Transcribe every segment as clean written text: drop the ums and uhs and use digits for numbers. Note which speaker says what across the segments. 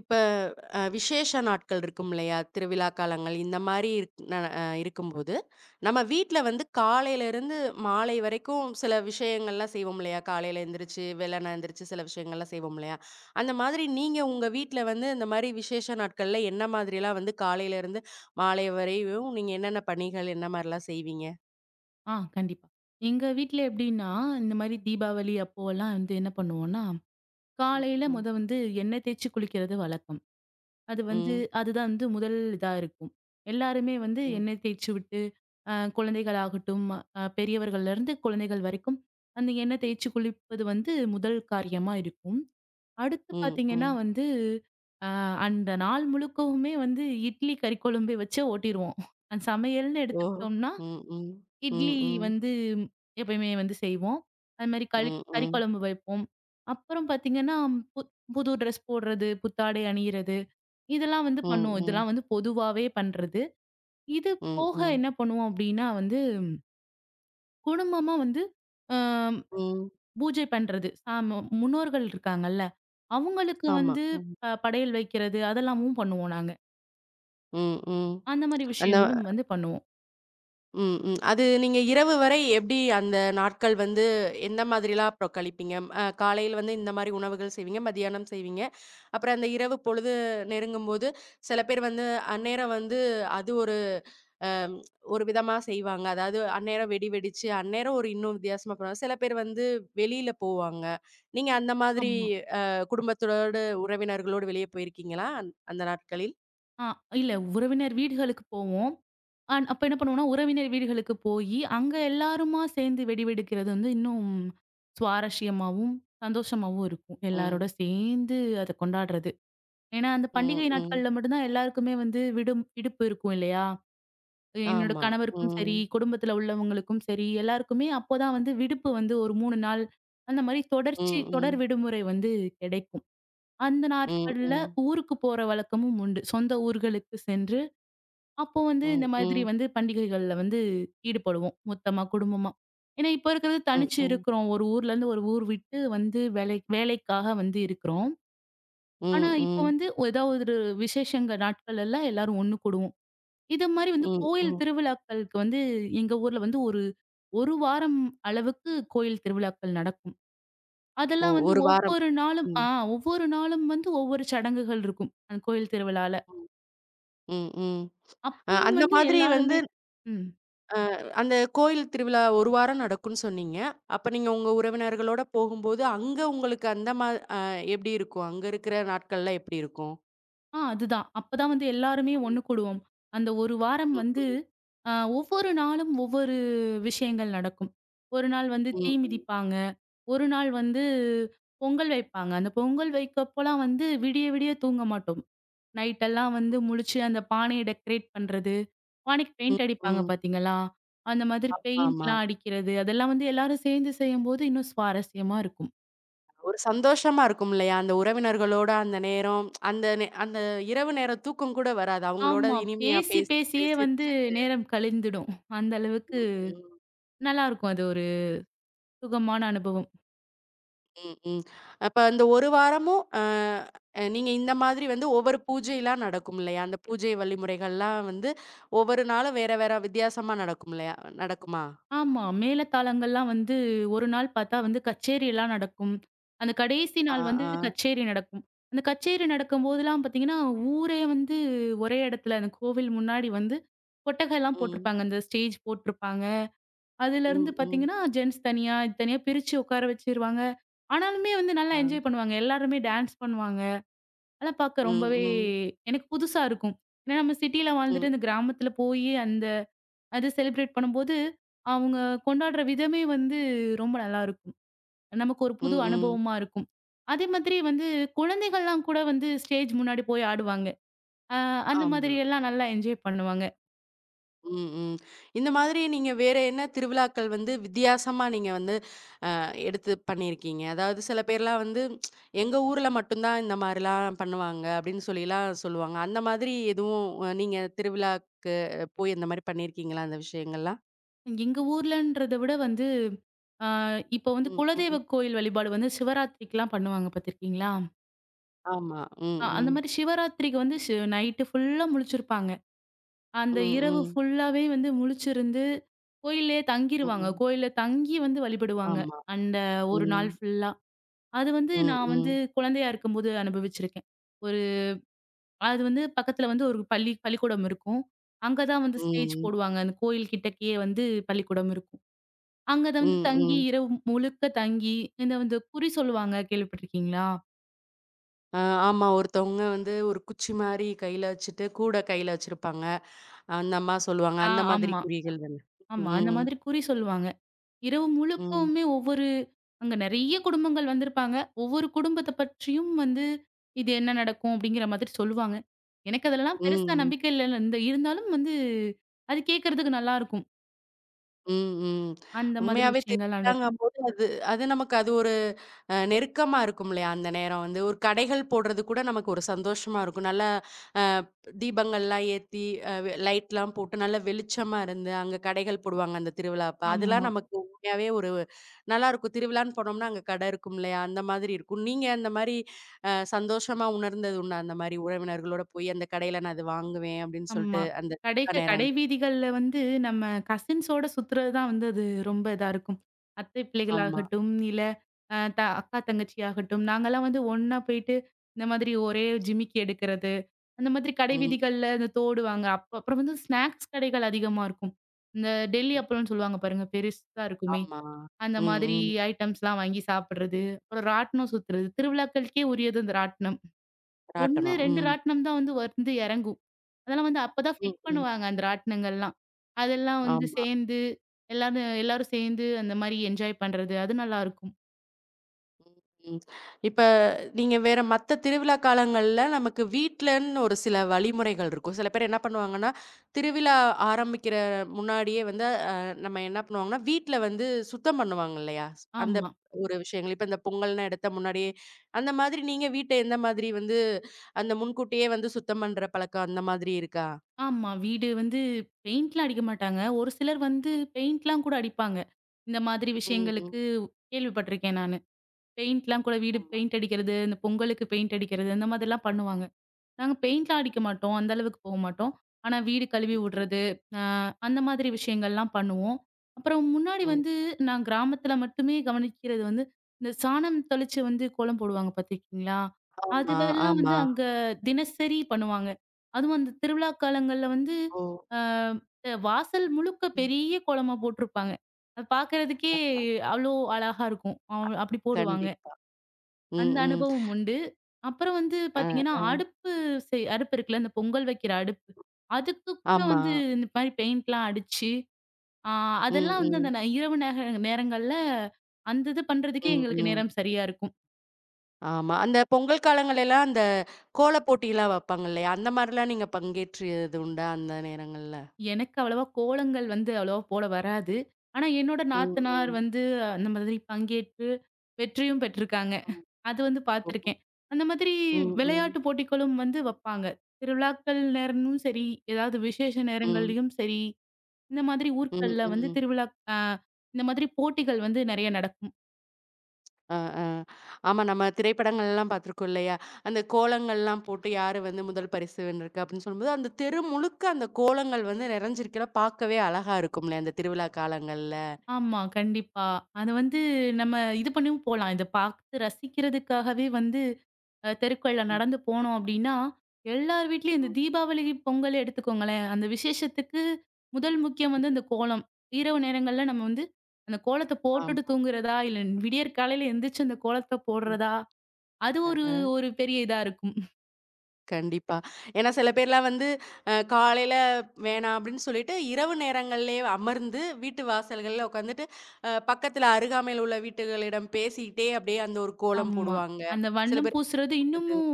Speaker 1: இப்ப விசேஷ நாட்கள் இருக்கும் இல்லையா? திருவிழா காலங்கள் இந்த மாரி இருக் ந அ இருக்கும்போது, நம்ம வீட்ல வந்து காலையிலருந்து மாலை வரைக்கும் சில விஷயங்கள்லாம் செய்வோம் இல்லையா? காலையில எந்திரிச்சு, வெள்ளன எந்திரிச்சு சில விஷயங்கள்லாம் செய்வோம் இல்லையா? அந்த மாதிரி நீங்க உங்க வீட்ல வந்து இந்த மாரி விசேஷ நாட்கள்ல என்ன மாதிரிலாம் வந்து காலையிலருந்து மாலை வரையும் நீங்க என்னென்ன பணிகள், என்ன மாரிலாம் செய்வீங்க?
Speaker 2: ஆ கண்டிப்பா. எங்க வீட்ல எப்படின்னா, இந்த மாரி தீபாவளி அப்போலாம் வந்து என்ன பண்ணுவோம்னா,
Speaker 1: ம்,
Speaker 2: காலையில
Speaker 1: ம்,
Speaker 2: மொத வந்து எண்ணெய் தேய்ச்சு குளிக்கிறது வழக்கம். அது வந்து
Speaker 1: ம்,
Speaker 2: அதுதான் வந்து முதல் இதா இருக்கும். எல்லாருமே வந்து
Speaker 1: ம்,
Speaker 2: எண்ணெய் தேய்ச்சு விட்டு, குழந்தைகள் ஆகட்டும், பெரியவர்கள்லேருந்து குழந்தைகள் வரைக்கும் அந்த எண்ணெய் தேய்ச்சு குளிப்பது வந்து முதல் காரியமா இருக்கும். அடுத்து
Speaker 1: ம்,
Speaker 2: பார்த்தீங்கன்னா
Speaker 1: ம்.
Speaker 2: வந்து, அ அந்த நாள் முழுக்கவுமே வந்து இட்லி, கறி குழம்பு வச்சே ஓட்டிருவோம். அந்த சமையல்னு
Speaker 1: ஓ!
Speaker 2: எடுத்துக்கிட்டோம்னா,
Speaker 1: ம், ம், ம்,
Speaker 2: இட்லி
Speaker 1: ம்,
Speaker 2: வந்து எப்பயுமே வந்து செய்வோம். அது மாரி கறி
Speaker 1: ம்,
Speaker 2: கறி
Speaker 1: ம்,
Speaker 2: குழம்பு வைப்போம். அப்புறம் பார்த்தீங்கன்னா, பு புது ட்ரெஸ் போடுறது, புத்தாடை அணியிறது, இதெல்லாம் வந்து
Speaker 1: ம்,
Speaker 2: பண்ணுவோம்.
Speaker 1: ம்,
Speaker 2: இதெல்லாம் வந்து பொதுவாவே பண்றது. இது
Speaker 1: ம்,
Speaker 2: போக
Speaker 1: ம்.
Speaker 2: என்ன பண்ணுவோம் அப்டின்னா வந்து, குடும்பமா வந்து அ
Speaker 1: ம்.
Speaker 2: பூஜை பண்றது. சாம முன்னோர்கள் இருக்காங்கல்ல, அவங்களுக்கு
Speaker 1: ஆமா.
Speaker 2: வந்து
Speaker 1: ம்.
Speaker 2: படையல் வைக்கிறது, அதெல்லாமும் பண்ணுவோம் நாங்க.
Speaker 1: ம், ம்.
Speaker 2: அந்த மாரி
Speaker 1: அந்த
Speaker 2: விஷயங்களும் வந்து பண்ணுவோம்.
Speaker 1: ம், ம். அது நீங்க இரவு வரை எப்படி அந்த நாட்கள் வந்து எந்த மாதிரிலாம் அப்புறம் கழிப்பீங்க? காலையில வந்து இந்த மாரி உணவுகள் செய்வீங்க, மதியானம் செய்வீங்க. அப்புறம் அந்த இரவு பொழுது நெருங்கும்போது, சில பேர் வந்து அந்நேரம் வந்து அது ஒரு அ ஒரு விதமா செய்வாங்க. அதாவது அந்நேரம் வெடி வெடிச்சு, அந்நேரம் ஒரு இன்னும் வித்தியாசமா பண்ணுவாங்க. சில பேர் வந்து வெளியில போவாங்க. நீங்க அந்த மாதிரி
Speaker 2: ஆமா.
Speaker 1: அ குடும்பத்தோடு, உறவினர்களோடு வெளிய போயிருக்கீங்களா? அந்த நாட்களில்?
Speaker 2: ஆ இல்ல, உறவினர் வீடுகளுக்கு போவோம். அ அப்ப என்ன பண்ணுவோம்னா, உறவினர் வீடுகளுக்கு போயி, அங்க எல்லாருமா சேர்ந்து வெடி வெடிக்கிறது வந்து இன்னும் சுவாரஸ்யமாவும், சந்தோஷமாவும் இருக்கும்.
Speaker 1: ம்.
Speaker 2: எல்லாரோட சேர்ந்து அத கொண்டாடுறது. ஏன்னா, அந்த
Speaker 1: ம்,
Speaker 2: பண்டிகை
Speaker 1: ம்.
Speaker 2: நாட்கள்ல மட்டும் தான் எல்லாருக்குமே வந்து விடுப்பு இருக்கும் இல்லையா? என்னோட
Speaker 1: ஆமா.
Speaker 2: கணவருக்கும்
Speaker 1: ம்.
Speaker 2: சரி, குடும்பத்துல உள்ளவங்களுக்கும் சரி, எல்லாருக்குமே அப்போதான் வந்து விடுப்பு வந்து ஒரு 3 நாள் அந்த மாரி
Speaker 1: ம்,
Speaker 2: தொடர்
Speaker 1: ம்.
Speaker 2: விடுமுறை வந்து கிடைக்கும். அந்த
Speaker 1: ம்,
Speaker 2: நாட்கள்ல
Speaker 1: ம்.
Speaker 2: ஊருக்கு போற வழக்கமும் உண்டு. சொந்த ஊர்களுக்கு சென்று அப்போ வந்து இந்த
Speaker 1: ம்,
Speaker 2: மாதிரி
Speaker 1: ம்.
Speaker 2: வந்து பண்டிகைகள்ல வந்து ஈடுபடுவோம் மொத்தமா, குடும்பமா. ஏன்னா இப்ப இருக்கிறது
Speaker 1: ம்,
Speaker 2: தனிச்சு
Speaker 1: ம்.
Speaker 2: இருக்கிறோம். ஒரு ஊர்ல இருந்து ஒரு ஊர் விட்டு வந்து வேலைக்காக வந்து இருக்கிறோம். ஆனா
Speaker 1: ம்,
Speaker 2: இப்ப
Speaker 1: ம்.
Speaker 2: வந்து ஏதாவது ஒரு விசேஷங்க நாட்கள் எல்லாம் எல்லாரும் ஒண்ணு கூடுவோம். இது மாதிரி வந்து
Speaker 1: ம்,
Speaker 2: கோயில்
Speaker 1: ம்.
Speaker 2: திருவிழாக்களுக்கு வந்து எங்க ஊர்ல வந்து ஒரு 1 வாரம் அளவுக்கு கோயில் திருவிழாக்கள் நடக்கும்.
Speaker 1: ஓ!
Speaker 2: அதெல்லாம் வந்து
Speaker 1: 1 வாரம்.
Speaker 2: ஒவ்வொரு நாளும்
Speaker 1: ம்,
Speaker 2: ஆ ஒவ்வொரு நாளும் வந்து ஒவ்வொரு சடங்குகள் இருக்கும். அந்த கோயில் திருவிழால.
Speaker 1: ம். ம், ம்.
Speaker 2: அப்பயும்
Speaker 1: அந்த
Speaker 2: வந்து
Speaker 1: மாதிரி வந்து
Speaker 2: எல்லாருமே ம்.
Speaker 1: அந்த கோயில் திருவிழா 1 வாரம் நடக்கும்ன்னு சொன்னீங்க. அப்ப நீங்க உங்க உறவினர்களோட போகும்போது, அங்க உங்களுக்கு அந்த மா அ எப்படி இருக்கும்? அங்க இருக்கிற நாட்கள்லாம் எப்படி இருக்கும்?
Speaker 2: ஆ அதுதான். அப்பதான் வந்து எல்லாருமே ஒண்ணு கூடுவோம். அந்த 1
Speaker 1: ம்,
Speaker 2: வாரம்
Speaker 1: ம்,
Speaker 2: வந்து
Speaker 1: ம்.
Speaker 2: அ ஒவ்வொரு நாளும் ஒவ்வொரு விஷயங்கள் நடக்கும். ஒரு நாள் வந்து
Speaker 1: ம்,
Speaker 2: தீ
Speaker 1: ம்.
Speaker 2: மிதிப்பாங்க. ஒரு நாள் வந்து பொங்கல் வைப்பாங்க. அந்த பொங்கல் வைக்கப்போலாம் வந்து விடிய விடிய தூங்க மாட்டோம். நைட் எல்லாம் வந்து முழிச்சு அந்த பானைய டெக்கரேட் பண்றது, பானைக்கு
Speaker 1: ம்,
Speaker 2: பெயிண்ட் அடிப்பாங்க
Speaker 1: ம்.
Speaker 2: பார்த்தீங்களா? அந்த மாதிரி
Speaker 1: ஆமாமா.
Speaker 2: பெயிண்ட்லாம் அடிக்கிறது, அதெல்லாம் வந்து எல்லாரும் சேர்ந்து செய்யும்போது இன்னும் சுவாரஸ்யமா இருக்கும்.
Speaker 1: ஒரு சந்தோஷமா இருக்கும் இல்லையா? அந்த உறவினர்களோட அந்த நேரம், அந்த இரவு நேர தூக்கம் கூட வராது. அவங்களோட
Speaker 2: ஆமா.
Speaker 1: இனிமையா
Speaker 2: பேசி
Speaker 1: பேசிட்டு,
Speaker 2: பேசியே வந்து
Speaker 1: சிரிச்சுட்டு.
Speaker 2: நேரம் கழிந்துடும். அந்த அளவுக்கு
Speaker 1: ம்,
Speaker 2: நல்லாருக்கும், அது ஒரு சுகமான அனுபவம்.
Speaker 1: ம், ம். அப்ப அந்த ஒரு வாரமும் நீங்க இந்த மாதிரி வந்து ஒவ்வொரு பூஜைலாம் நடக்கும் இல்லையா? அந்த பூஜை வழிமுறைகள்லாம் வந்து ஒவ்வொரு நாளும் வேற வேற வித்தியாசமா நடக்கும் இல்லையா? நடக்குமா?
Speaker 2: ஆமா. மேளதாளங்கள்லாம் வந்து ஒரு நாள் பார்த்தா வந்து கச்சேரி எல்லாம் நடக்கும். அந்த கடைசி
Speaker 1: ஆ,
Speaker 2: நாள் வந்து
Speaker 1: ஆ.
Speaker 2: கச்சேரி நடக்கும். அந்த கச்சேரி நடக்கும்போதெல்லாம் பார்த்தீங்கன்னா, ஊரே வந்து ஒரே இடத்துல அந்த கோவில் முன்னாடி வந்து கொட்டகைலாம்
Speaker 1: ம்,
Speaker 2: போட்டிருப்பாங்க. அந்த ஸ்டேஜ் போட்டிருப்பாங்க. அதுலருந்து
Speaker 1: ம், ம்.
Speaker 2: பார்த்தீங்கன்னா, ஜென்ஸ் தனியா, இது தனியா பிரிச்சு உட்கார வச்சுருவாங்க. ஆனாலுமே வந்து நல்லா
Speaker 1: ஆ.
Speaker 2: என்ஜாய் பண்ணுவாங்க. எல்லாருமே டான்ஸ் பண்ணுவாங்க. அதெல்லாம் பார்க்க
Speaker 1: ம்,
Speaker 2: ரொம்பவே
Speaker 1: ம்,
Speaker 2: எனக்கு புதுசா இருக்கும். ஏன்னா நம்ம சிட்டில
Speaker 1: ம்,
Speaker 2: வாழ்ந்துட்டு இந்த கிராமத்துல போயி அந்த அது செலிப்ரேட் பண்ணும்போது, அவங்க கொண்டாடுற விதமே வந்து ரொம்ப நல்லாருக்கும். நமக்கு ஒரு புது
Speaker 1: ம், ம்.
Speaker 2: அனுபவமா இருக்கும். அதே மாதிரி வந்து குழந்தைகள்லாம் கூட வந்து ஸ்டேஜ் முன்னாடி போய் ஆடுவாங்க. அ அந்த
Speaker 1: ஆமா.
Speaker 2: மாதிரி எல்லாம் நல்லா என்ஜாய் பண்ணுவாங்க.
Speaker 1: ம், ம். இந்த மாதிரி நீங்க வேற என்ன திருவிழாக்கள் வந்து வித்தியாசமா நீங்க வந்து எடுத்து பண்ணியிருக்கீங்க. அதாவது சில பேர்லாம் வந்து, "எங்க ஊர்ல மட்டும் தான் இந்த மாரிலாம் பண்ணுவாங்க." அப்படின்னு சொல்லிலாம் சொல்லுவாங்க. அந்த மாதிரி எதுவும் நீங்க திருவிழா போய் அந்த மாரி பண்ணியிருக்கீங்களா, அந்த விஷயங்கள்லாம்?
Speaker 2: எங்க ஊர்லன்றத விட வந்து அ இப்போ வந்து
Speaker 1: ம்,
Speaker 2: குலதெய்வ
Speaker 1: ம்.
Speaker 2: கோயில் வழிபாடு வந்து சிவராத்திரிக்குலாம் பண்ணுவாங்க பார்த்துருக்கீங்களா?
Speaker 1: ஆமா. ம்,
Speaker 2: அ அந்த
Speaker 1: ம்.
Speaker 2: மாரி சிவராத்திரிக்கு வந்து நைட்டு ஃபுல்லா முழிச்சிருப்பாங்க.
Speaker 1: ம்,
Speaker 2: அந்த இரவு
Speaker 1: ம்.
Speaker 2: ஃபுல்லாவே வந்து முழிச்சிருந்து, கோயில்லயே தங்கிருவாங்க.
Speaker 1: ம்.
Speaker 2: கோயில்ல தங்கி வந்து வழிபடுவாங்க.
Speaker 1: ஆமா.
Speaker 2: அந்த ஒரு
Speaker 1: ம்.
Speaker 2: நாள் ஃபுல்லா. அது வந்து
Speaker 1: ம்,
Speaker 2: நான் வந்து
Speaker 1: ம்.
Speaker 2: குழந்தையா இருக்கும்போது அனுபவிச்சிருக்கேன். ஒரு அது வந்து பக்கத்துல வந்து ஒரு பள்ளிக்கூடம் இருக்கும். அங்க தான் வந்து ஸ்டேஜ்
Speaker 1: ம்.
Speaker 2: போடுவாங்க. அந்த கோயில் கிட்டக்கயே வந்து பள்ளிக்கூடம் இருக்கும். அங்க தான் வந்து
Speaker 1: ம்,
Speaker 2: தங்கி
Speaker 1: ம்.
Speaker 2: இரவு முழுக்க தங்கி, இந்த வந்து குறி சொல்லுவாங்க கேள்விப்பட்டுருக்கீங்களா?
Speaker 1: ஆ ஆமா. ஒருத்தவங்க வந்து ஒரு குச்சி மாரி கையில வச்சுட்டு, கூட கையில வச்சிருப்பாங்க. அந்த அம்மா சொல்லுவாங்க.
Speaker 2: ஆ
Speaker 1: அந்த மாதிரி
Speaker 2: ஆமா,
Speaker 1: குறிகள் தான?
Speaker 2: ஆமா. அந்த
Speaker 1: ம்.
Speaker 2: மாதிரி குறி சொல்லுவாங்க. இரவு
Speaker 1: ம்.
Speaker 2: முழுக்கவுமே ஒவ்வொரு அங்க நெறைய குடும்பங்கள் வந்திருப்பாங்க. ஒவ்வொரு குடும்பத்த பற்றியும் வந்து, இது என்ன நடக்கும் அப்படிங்கிற மாதிரி சொல்லுவாங்க. எனக்கு அதெல்லாம் பெருசா
Speaker 1: ம்.
Speaker 2: நம்பிக்கை இல்ல இந்த இருந்தாலும் வந்து, அது கேட்கறதுக்கு நல்லாருக்கும்.
Speaker 1: ம், ம்.
Speaker 2: அந்த மாதிரி
Speaker 1: உண்மையாவே
Speaker 2: விஷயங்கள் நடக்கும்.
Speaker 1: திருவிழாங்கம்போது அது அது நமக்கு அது ஒரு நெருக்கமா இருக்கும் இல்லையா? அந்த நேரம் வந்து ஒரு கடைகள் போடுறது கூட நமக்கு ஒரு சந்தோஷமா இருக்கும். நல்லா அ தீபங்கள்லாம் ஏத்தி, அ வெ லைட்லாம் போட்டு நல்லா வெளிச்சமா இருந்து, அங்க கடைகள் போடுவாங்க அந்த திருவிழா அப்ப. அதெல்லாம்
Speaker 2: ஆமா,
Speaker 1: நமக்கு உண்மையாவே ஒரு நல்லாருக்கும். திருவிழான்னு போனோம்னா அங்க கடை இருக்கும் இல்லையா? அந்த மாதிரி இருக்கும். நீங்க அந்த மாரி சந்தோஷமா உணர்ந்தது உண்டா? அந்த மாரி உறவினர்களோட போய் அந்த கடையில நான் அது வாங்குவேன் அப்படின்னு சொல்ட்டு
Speaker 2: ஆமா.
Speaker 1: அந்த
Speaker 2: கடை
Speaker 1: நேரங்
Speaker 2: வீதிகள்ல வந்து நம்ம கசின்ஸோட சுத்துறது தான் வந்து அது ரொம்ப இதா இருக்கும். அத்தை
Speaker 1: ஆமா.
Speaker 2: பிள்ளைகளாகட்டும், இல்ல அ த அக்கா, தங்கச்சி ஆகட்டும், நாங்கலாம் வந்து ஒண்ணா போயிட்டு இந்த மாதிரி ஒரே ஜிமிக்கி எடுக்கிறது. அந்த மாதிரி கடை
Speaker 1: ம்.
Speaker 2: வீதிகள்ல இந்த தோடுவாங்க. அப்ப அப்புறம் வந்து ஸ்நாக்ஸ் கடைகள் அதிகமா இருக்கும். இந்த டெல்லி அப்பளம்ன்னு சொல்லுவாங்க பாருங்க, பெருசா இருக்குமே.
Speaker 1: ஆமா.
Speaker 2: அந்த
Speaker 1: ம்,
Speaker 2: மாதிரி
Speaker 1: ம்.
Speaker 2: ஐட்டம்ஸ்லாம் வாங்கி சாப்பிடுறது. அப்புறம் ராட்டினம் சுத்துறது. திருவிழாக்களுக்கே உரியது அந்த ராட்டினம். 1,
Speaker 1: ராட்டனம்.
Speaker 2: 2
Speaker 1: ம்,
Speaker 2: ராட்டினம் தான் வந்து வந்து இறங்கும். அதெல்லாம் வந்து அப்பதான்
Speaker 1: ம்,
Speaker 2: ஃபிட்
Speaker 1: ம்.
Speaker 2: பண்ணுவாங்க அந்த ராட்டினங்கள்லாம். அதெல்லாம் வந்து
Speaker 1: ஆமா.
Speaker 2: சேர்ந்து எல்லாரும் எல்லாரும் சேர்ந்து அந்த மாரி என்ஜாய் பண்றது. அது நல்லாருக்கும்.
Speaker 1: ம். இப்ப நீங்க வேற மத்த திருவிழா காலங்கள்ல நமக்கு வீட்லன்னு ஒரு சில வழிமுறைகள் இருக்கும். சில பேர் என்ன பண்ணுவாங்கன்னா, திருவிழா ஆரம்பிக்கிற முன்னாடியே வந்து நம்ம என்ன பண்ணுவாங்கன்னா, வீட்ல வந்து சுத்தம் பண்ணுவாங்க இல்லையா? அந்த
Speaker 2: ஆமா.
Speaker 1: ஒரு விஷயங்கள். இப்ப இந்த பொங்கல்ன்னு எடுத்த முன்னாடியே, அந்த மாதிரி நீங்க வீட்ட எந்த மாதிரி வந்து அந்த முன்கூட்டியே வந்து சுத்தம் பண்ற பழக்கம் அந்த மாதிரி இருக்கா?
Speaker 2: ஆமா. வீடு வந்து பெயிண்ட்லாம் அடிக்க மாட்டாங்க. ஒரு சிலர் வந்து
Speaker 1: ம்,
Speaker 2: பெயிண்ட்லாம் கூட அடிப்பாங்க. இந்த மாதிரி
Speaker 1: ம், ம்.
Speaker 2: விஷயங்களுக்கு கேள்விப்பட்டுருக்கேன் நானு. பெயிண்ட்லாம் கூட வீடு
Speaker 1: ஆமா.
Speaker 2: பெயிண்ட் அடிக்கிறது, இந்த பொங்கலுக்கு பெயிண்ட் அடிக்கிறது, இந்த மாதிரிலாம் பண்ணுவாங்க. நாங்க பெயிண்ட்லாம் அடிக்க மாட்டோம். அந்த அளவுக்கு போ மாட்டோம். ஆனா வீடு கழுவி விடுறது, அ அந்த மாதிரி விஷயங்கள்லாம் பண்ணுவோம். அப்புறம் முன்னாடி
Speaker 1: ம், ம்.
Speaker 2: வந்து நான் கிராமத்துல மட்டுமே கவனிக்கிறது வந்து, இந்த சாணம் தெளிச்சு வந்து கோலம் போடுவாங்க பார்த்துருக்கீங்களா?
Speaker 1: ஆமா,
Speaker 2: அதுவெல்லாம் வந்து
Speaker 1: ஆமா.
Speaker 2: அங்க தினசரி பண்ணுவாங்க. அதுவும் அந்த திருவிழா காலங்கள்ல வந்து,
Speaker 1: ஓ!
Speaker 2: அ வாசல் முழுக்க
Speaker 1: ம்.
Speaker 2: பெரிய கோலமா போட்டிருப்பாங்க. அது பார்க்கறதுக்கே
Speaker 1: அ அ
Speaker 2: அவ்ளோ அழகா இருக்கும். அவ் அப்படி போடுவாங்க.
Speaker 1: கண்டிப்பா. ம்,
Speaker 2: அந்த
Speaker 1: ம்.
Speaker 2: அனுபவம் உண்டு. அப்புறம் வந்து
Speaker 1: அ,
Speaker 2: பார்த்தீங்கன்னா,
Speaker 1: அ.
Speaker 2: அடுப்பு அடுப்பு இருக்குல்ல, அந்த பொங்கல் வைக்கிற அடுப்பு. அதுக்கு கூட
Speaker 1: ஆமா.
Speaker 2: வந்து இந்த மாரி பெயிண்ட்லாம் அடிச்சு, ஆ
Speaker 1: ம்,
Speaker 2: அதெல்லாம் வந்து அந்த
Speaker 1: ம்.
Speaker 2: இரவு நேர நேரங்கள்ல அந்த இது பண்றதுக்கே
Speaker 1: ம்,
Speaker 2: எங்களுக்கு
Speaker 1: ம்.
Speaker 2: நேரம் சரியா இருக்கும்.
Speaker 1: ஆமா. அந்த பொங்கல் காலங்கள்லலாம் அந்த கோல போட்டிலாம் வைப்பாங்க இல்லையா? அந்த மாரிலாம் நீங்க பங்கேற்றியது உண்டா அந்த நேரங்கள்ல?
Speaker 2: எனக்கு அவ்வளவா கோலங்கள் வந்து அவ்வளவா போட வராது. ஆனா, என்னோட
Speaker 1: ம்,
Speaker 2: நாத்தனார்
Speaker 1: ம்.
Speaker 2: வந்து அந்த மாதிரி பங்கேற்று வெற்றியும் பெற்றிருக்காங்க.
Speaker 1: ம்.
Speaker 2: அது வந்து
Speaker 1: ஓஹோ!
Speaker 2: பார்த்துருக்கேன். அந்த மாதிரி
Speaker 1: ம், ம்.
Speaker 2: விளையாட்டு போட்டிகளும் வந்து வப்பாங்க. திருவிழாக்கள் நேரமும் சரி, ஏதாவது விசேஷ
Speaker 1: ம்.
Speaker 2: நேரங்கள்லயும் சரி. இந்த மாதிரி
Speaker 1: ம்,
Speaker 2: ஊர்கள்ல வந்து
Speaker 1: ம்.
Speaker 2: திருவிழா அ இந்த மாதிரி போட்டிகள் வந்து நெறைய நடக்கும்.
Speaker 1: அ, அ. ஆமா நம்ம திரைப்படங்கள்லாம் பார்த்துருக்கோம் இல்லையா? அந்த கோலங்கள்லாம் போட்டு யாரு வந்து முதல் பரிசு வென்றிருக்கு அப்படின்னு சொல்லும்போது, அந்த தெரு முழுக்க அந்த கோலங்கள் வந்து நிறைஞ்சிருக்கையில பார்க்கவே அழகா இருக்கும்ல அந்த திருவிழா காலங்கள்ல.
Speaker 2: ஆமா, கண்டிப்பா. அத வந்து நம்ம இது பண்ணியும் போலாம். இத பார்த்து ரசிக்கிறதுக்காகவே வந்து தெருக்கள்ல
Speaker 1: ம்,
Speaker 2: நடந்து போனோம் அப்டின்னா, எல்லார் வீட்லயும் இந்த
Speaker 1: ம்.
Speaker 2: தீபாவளி, பொங்கல் எடுத்துக்கோங்களேன். அந்த விசேஷத்துக்கு முதல் முக்கியம் வந்து அந்த கோலம். இரவு நேரங்கள்ல நம்ம வந்து அந்த கோலத்த போட்டுட்டு
Speaker 1: ஆமா.
Speaker 2: தூங்குறதா, இல்ல விடியற்காலையில எந்திரிச்சு அந்த கோலத்த போடுறதா, அது
Speaker 1: அ
Speaker 2: ஒரு ஒரு பெரிய இதா இருக்கும்.
Speaker 1: கண்டிப்பா. ஏன்னா சில பேர்லாம் வந்து காலையில வேணாம் அப்படின்னு சொல்லிட்டு, இரவு நேரங்கள்லயே அமர்ந்து வீட்டு வாசல்கள்ல உட்காந்துட்டு, பக்கத்துல அருகாமையில உள்ள வீட்டுகளிடம் பேசிக்கிட்டே அப்படியே அந்த ஒரு கோலம்
Speaker 2: ஆமா.
Speaker 1: போடுவாங்க.
Speaker 2: அந்த
Speaker 1: சில
Speaker 2: வண்ணம்
Speaker 1: பேர் பேச்சு
Speaker 2: பூசுறது
Speaker 1: போடுறது.
Speaker 2: இன்னமும்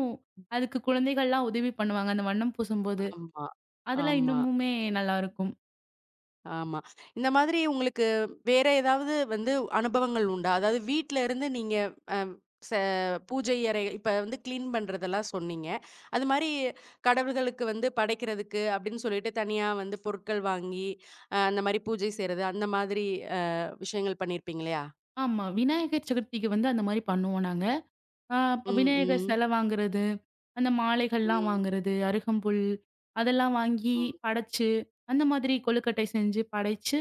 Speaker 2: அதுக்கு குழந்தைகள்லாம் உதவி பண்ணுவாங்க, அந்த வண்ணம் பூசும்போது.
Speaker 1: ஆமா,
Speaker 2: அதெல்லாம்
Speaker 1: ஆமா.
Speaker 2: இன்னமுமே நல்லாருக்கும்.
Speaker 1: ஆமா. இந்த மாதிரி உங்களுக்கு வேற ஏதாவது வந்து அனுபவங்கள் உண்டா? அதாவது வீட்ல இருந்து நீங்க அ ச பூஜை அறை இப்ப வந்து கிளீன் பண்றதெல்லாம் சொன்னீங்க. அது மாரி கடவுள்களுக்கு வந்து படைக்கிறதுக்கு அப்படின்னு சொல்லிட்டு தனியா வந்து பொருட்கள் வாங்கி, அந்த மாரி பூஜை செய்றது, அந்த மாதிரி அ விஷயங்கள் பண்ணியிருப்பீங்க இல்லையா?
Speaker 2: ஆமா. விநாயகர் சதுர்த்திக்கு வந்து அந்த மாரி பண்ணுவோம் நாங்க. அ அப்ப
Speaker 1: ம்,
Speaker 2: விநாயகர்
Speaker 1: ம்,
Speaker 2: செல வாங்குறது, அந்த மாலைகள்லாம்
Speaker 1: ம்,
Speaker 2: வாங்குறது, அருகம்புல் அதெல்லாம் வாங்கி
Speaker 1: ம்,
Speaker 2: படைச்சு, அந்த மாதிரி கொழுக்கட்டை செஞ்சு படைச்சு,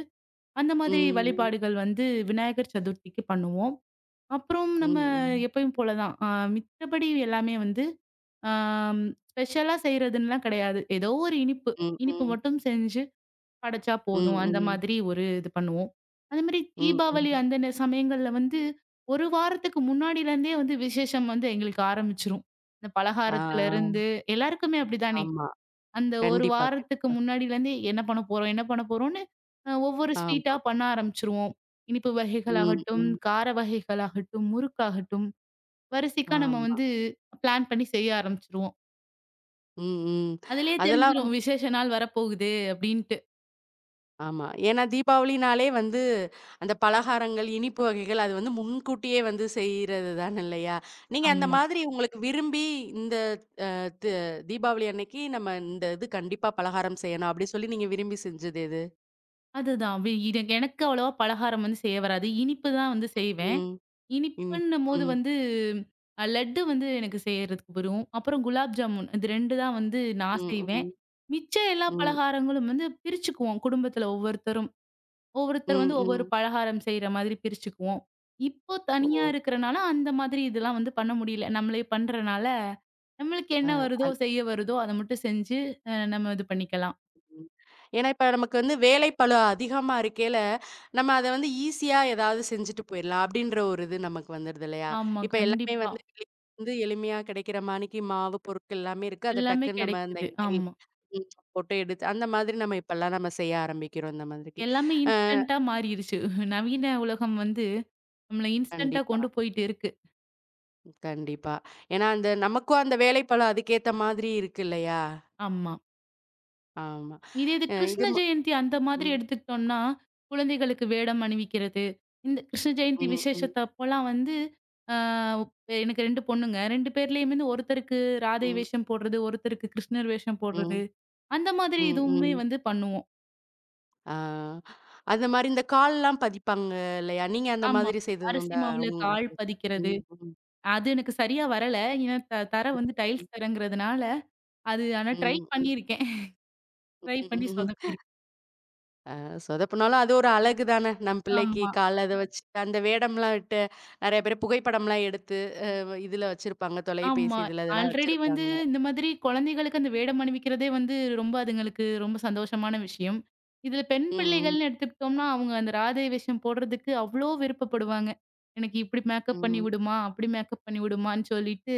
Speaker 2: அந்த மாதிரி
Speaker 1: ம், ம்,
Speaker 2: வழிபாடுகள் வந்து விநாயகர் சதுர்த்திக்கு பண்ணுவோம். அப்புறம் நம்ம
Speaker 1: ம்,
Speaker 2: எப்பயும் போல தான். அ மித்தபடி எல்லாமே வந்து ஆம், ஸ்பெஷலா செய்றதுன்னுலாம் கிடையாது. ஏதோ ஒரு இனிப்பு.
Speaker 1: ம்,
Speaker 2: இனிப்பு
Speaker 1: ம்,
Speaker 2: மட்டும் செஞ்சு படைச்சா போதும். அந்த
Speaker 1: ம்,
Speaker 2: மாதிரி ஒரு இது பண்ணுவோம். அதே மாரி
Speaker 1: ம்,
Speaker 2: தீபாவளி
Speaker 1: ம்.
Speaker 2: அந்த சமயங்கள்ல வந்து, 1 வாரத்துக்கு முன்னாடிலருந்தே வந்து விசேஷம் வந்து எங்களுக்கு ஆரம்பிச்சுரும். இந்த
Speaker 1: ஆ, ஆ.
Speaker 2: பலகாரத்துலருந்து எல்லாருக்குமே அப்படிதானே!
Speaker 1: ஆமா.
Speaker 2: அந்த 1
Speaker 1: கண்டிப்பா,
Speaker 2: வாரத்துக்கு
Speaker 1: கண்டிப்பா.
Speaker 2: முன்னாடிலருந்தே என்ன பண்ண போறோம்? என்ன பண்ண போறோம்ன்னு ஒவ்வொரு ஸ்வீட்டா
Speaker 1: ஆமா.
Speaker 2: பண்ண ஆரம்பிச்சுருவோம். இனிப்பு
Speaker 1: ம்,
Speaker 2: வகைகளாகட்டும்,
Speaker 1: ம்.
Speaker 2: கார வகைகளாகட்டும், முறுக்காகட்டும், வரிசைக்கா நம்ம
Speaker 1: ஆமா.
Speaker 2: வந்து பிளான் பண்ணி செய்ய ஆரம்பிச்சுருவோம்.
Speaker 1: ம், ம்.
Speaker 2: அதிலேயே
Speaker 1: அதெல்லாம்
Speaker 2: தெரிஞ்சிரும்.
Speaker 1: வந்து
Speaker 2: விசேஷ நாள் வரப்போகுது அப்டின்ட்டு.
Speaker 1: ஆமா. ஏன்னா தீபாவளினாலே வந்து அந்த பலகாரங்கள், இனிப்பு வகைகள் அது வந்து முன்கூட்டியே வந்து செய்றது தான இல்லையா? நீங்க அந்த
Speaker 2: ஆமா.
Speaker 1: மாதிரி உங்களுக்கு விரும்பி இந்த து தீபாவளி அன்னைக்கு நம்ம இந்த இது கண்டிப்பா பலகாரம் செய்யணும் அப்டி சொல்லி நீங்க விரும்பி செஞ்சது எது?
Speaker 2: அதுதான். இது எனக்கு அவ்வளவா பலகாரம் வந்து செய்ய வராது. இனிப்பு தான் வந்து செய்வேன்.
Speaker 1: ம். இனி
Speaker 2: இனிப்புன்னும்போது
Speaker 1: ம்.
Speaker 2: வந்து லட்டு வந்து எனக்கு செய்றதுக்கு வரும். அப்புறம் குலாப் ஜாமுன் இது 2 தான் வந்து நான்
Speaker 1: ம்,
Speaker 2: செய்வேன்.
Speaker 1: ம்,
Speaker 2: மிச்ச எல்லா
Speaker 1: ம்,
Speaker 2: பலகாரங்களும் வந்து பிரிச்சுக்குவோம். குடும்பத்துல ஒவ்வொருத்தரும். ஒவ்வொருத்தர்
Speaker 1: ம்,
Speaker 2: வந்து ஒவ்வொரு
Speaker 1: ம்.
Speaker 2: பலகாரம் செய்ற மாதிரி பிரிச்சுக்குவோம். இப்போ
Speaker 1: ஓ!
Speaker 2: தனியா இருக்கிறனால, அந்த மாதிரி இதெல்லாம் வந்து பண்ண முடியல. நம்மளே பண்றனால, நம்மளுக்கு என்ன வருதோ,
Speaker 1: அ.
Speaker 2: செய்ய வருதோ, அத மட்டும் செஞ்சு நம்ம இது பண்ணிக்கலாம்.
Speaker 1: ம். ஏன்னா, இப்ப நமக்கு வந்து வேலைப்பளு அதிகமா இருக்கையில, நம்ம அத வந்து ஈஸியா ஏதாவது செஞ்சுட்டு போயிரலாம் அப்படின்ற ஒரு இது நமக்கு வந்துருது இல்லையா?
Speaker 2: ஆமா,
Speaker 1: இப்ப எல்லாமே
Speaker 2: கண்டிப்பா.
Speaker 1: வந்து வெளிய வந்து எளிமையா கிடைக்கிற மாணிக்கு மாவு பொருட்கள் எல்லாமே இருக்கு. அத
Speaker 2: எல்லாமே
Speaker 1: டக்குன்னு நம்ம அந்த
Speaker 2: கிடைக்குது.
Speaker 1: எண்ணெயில்
Speaker 2: ஆமா.
Speaker 1: ம் போட்டு எடுத்து அந்த மாதிரி நம்ம இப்பல்லாம் நம்ம செய்ய ஆரம்பிக்கிறோம் இந்த மாதிரிக்கு.
Speaker 2: எல்லாமே
Speaker 1: அ
Speaker 2: இன்ஸ்டன்ட்டா மாறிருச்சு. நவீன உலகம் வந்து நம்மள இன்ஸ்டன்ட்டா
Speaker 1: கண்டிப்பா,
Speaker 2: கொண்டு போயிட்டு இருக்கு.
Speaker 1: கண்டிப்பா. ஏன்னா, அந்த நமக்கும் அந்த வேலைப்பளு அதுக்கேத்த மாதிரி இருக்கு இல்லையா?
Speaker 2: ஆமா.
Speaker 1: ஆமா.
Speaker 2: இதே இது
Speaker 1: அ இது
Speaker 2: கிருஷ்ண
Speaker 1: ம
Speaker 2: ஜெயந்தி அந்த மாதிரி
Speaker 1: ம்,
Speaker 2: எடுத்துக்கிட்டோம்னா, குழந்தைகளுக்கு வேடம் அணிவிக்கிறது. இந்த கிருஷ்ண ஜெயந்தி
Speaker 1: ம், ம்,
Speaker 2: விசேஷத்த அப்போலாம் வந்து, ஆ எனக்கு 2 பொண்ணுங்க. 2 பேர்லயுமே வந்து ஒருத்தருக்கு ராதை
Speaker 1: ம்,
Speaker 2: வேஷம் போடுறது, ஒருத்தருக்கு கிருஷ்ணர் வேஷம் போடுறது.
Speaker 1: ம்,
Speaker 2: அந்த மாதிரி
Speaker 1: ம்,
Speaker 2: இதுவுமே
Speaker 1: ம்.
Speaker 2: வந்து பண்ணுவோம்.
Speaker 1: ஆ. அந்த மாரி இந்த கால்லாம் பதிப்பாங்க இல்லையா? நீங்க அந்த
Speaker 2: ஆமா.
Speaker 1: மாதிரி செய்தது
Speaker 2: அரிசி
Speaker 1: உண்டா?
Speaker 2: மாவுல கால்
Speaker 1: உங்களுக்கு? ம்,
Speaker 2: பதிக்கிறது.
Speaker 1: ம், ம்.
Speaker 2: அது எனக்கு சரியா வரல. ஏன்னா தர வந்து டைல்ஸ் தரங்கிறதுனால, அது ஆனா ட்ரை
Speaker 1: ம், ம்,
Speaker 2: பண்ணியிருக்கேன்.
Speaker 1: ம்.
Speaker 2: ட்ரை பண்ணி
Speaker 1: ம்.
Speaker 2: சொதப்பியிருக்கேன்.
Speaker 1: சொதப்புனாலும் அது ஒரு அழகு தான. நம் பிள்ளைக்கு
Speaker 2: ஆமா.
Speaker 1: கால்ல அத வச்சு அந்த வேடம்லாம் விட்டு நெறைய பேர் புகைப்படம்லாம் எடுத்து இதுல வச்சிருப்பாங்க. தொலைபேசி
Speaker 2: ஆமா.
Speaker 1: இதுல இதெல்லாம்
Speaker 2: ஆல்ரெடி வந்து
Speaker 1: வச்சிருப்பாங்க.
Speaker 2: இந்த மாதிரி குழந்தைகளுக்கு அந்த வேடம் அணிவிக்கிறதே வந்து ரொம்ப அதுங்களுக்கு ரொம்ப சந்தோஷமான விஷயம். இதுல பெண்
Speaker 1: ம்,
Speaker 2: பிள்ளைகள்னு எடுத்துக்கிட்டோம்னா, அவங்க அந்த ராதை வேஷம் போடுறதுக்கு அவ்ளோ விருப்பப்படுவாங்க. எனக்கு இப்படி மேக்கப்
Speaker 1: ம்,
Speaker 2: பண்ணி
Speaker 1: ம்,
Speaker 2: விடுமா, அப்படி மேக்கப் பண்ணி விடுமான்னு சொல்லிட்டு,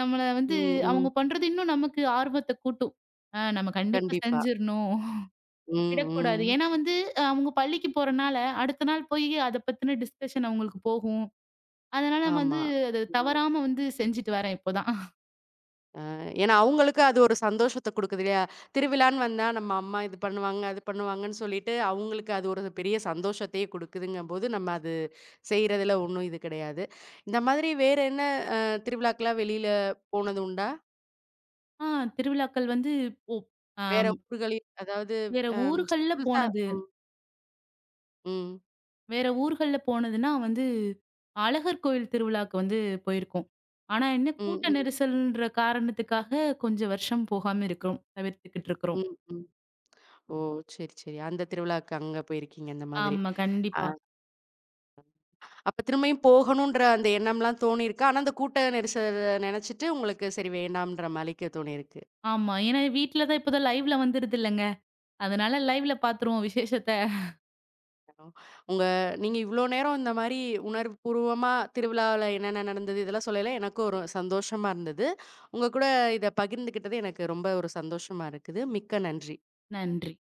Speaker 2: நம்மள வந்து
Speaker 1: ம்,
Speaker 2: அவங்க
Speaker 1: ம்.
Speaker 2: பண்றது இன்னும் நமக்கு ஆர்வத்த கூட்டும். ஆ நம்ம கண்டிப்பா
Speaker 1: கண்டிப்பா.
Speaker 2: செஞ்சிரணும்.
Speaker 1: ம்,
Speaker 2: விடக்கூடாது.
Speaker 1: ம்.
Speaker 2: ஏன்னா வந்து அவங்க பள்ளிக்கு போறனால, அடுத்த நாள் போய் அத பத்தின டிஸ்கஷன் அவங்களுக்கு போகும். அதனால நம்ம
Speaker 1: ஆமா.
Speaker 2: வந்து அத
Speaker 1: ம்.
Speaker 2: தவறாம வந்து செஞ்சுட்டு வரேன் இப்போதான்.
Speaker 1: ஏன்னா, அவங்களுக்கு அது ஒரு சந்தோஷத்த குடுக்குது இல்லையா? திருவிழான்னு வந்தா நம்ம அம்மா இது பண்ணுவாங்க, அது பண்ணுவாங்கன்னு சொல்லிட்டு, அவங்களுக்கு அது ஒரு பெரிய சந்தோஷத்தையே குடுக்குதுங்கம்போது, நம்ம அது செய்றதுல ஒண்ணும் இது கிடையாது. இந்த மாதிரி வேற என்ன அ திருவிழாக்கெல்லாம் வெளியில போனது உண்டா?
Speaker 2: ஆ திருவிழாக்கள் வந்து ஓ
Speaker 1: வேற
Speaker 2: ஆம்,
Speaker 1: ஊர்களில் அதாவது
Speaker 2: வேற
Speaker 1: அம்
Speaker 2: ஊர்கள்ல
Speaker 1: புதுசா
Speaker 2: போனது.
Speaker 1: ம், ம்,
Speaker 2: வேற ஊர்கள்ல போனதுன்னா வந்து, அழகர் கோயில் திருவிழாக்கு வந்து போயிருக்கோம். ஆனா என்ன
Speaker 1: ம்,
Speaker 2: கூட்ட
Speaker 1: ம்,
Speaker 2: நெரிசல்ன்ற காரணத்துக்காக கொஞ்சம் வருஷம் போகாம இருக்கிறோம். தவிர்த்துக்கிட்டு இருக்கிறோம்.
Speaker 1: ம், ம். ஓ! சரி, சரி. அந்த திருவிழாக்கு அங்க போயிருக்கீங்க அந்த மாதிரி.
Speaker 2: ஆமா,
Speaker 1: அ
Speaker 2: கண்டிப்பா.
Speaker 1: அப்ப திரும்பியும் போகணுன்ற அந்த எண்ணம்லாம் தோணியிருக்கு. ஆனா, அந்த கூட்ட நெரிசல நெனச்சுட்டு உங்களுக்கு சரி வேண்டாம்ன்ற மாலிக்க தோணியிருக்கு.
Speaker 2: ஆமா. ஏன்னா வீட்ல தான் இப்போதான் லைவ்ல வந்துருது இல்லங்க. அதனால லைவ்ல பாத்துருவோம் விசேஷத்த.
Speaker 1: ஆமா. உங்க நீங்க இவ்ளோ நேரம் இந்த மாரி உணர்வுபூர்வமா திருவிழாவுல என்னென்ன நடந்தது இதெல்லாம் சொல்லயில எனக்கும் ஒரு சந்தோஷமா இருந்தது. உங்க கூட இத பகிர்ந்துக்கிட்டது எனக்கு ரொம்ப ஒரு சந்தோஷமா இருக்குது. மிக்க நன்றி.
Speaker 2: நன்றி.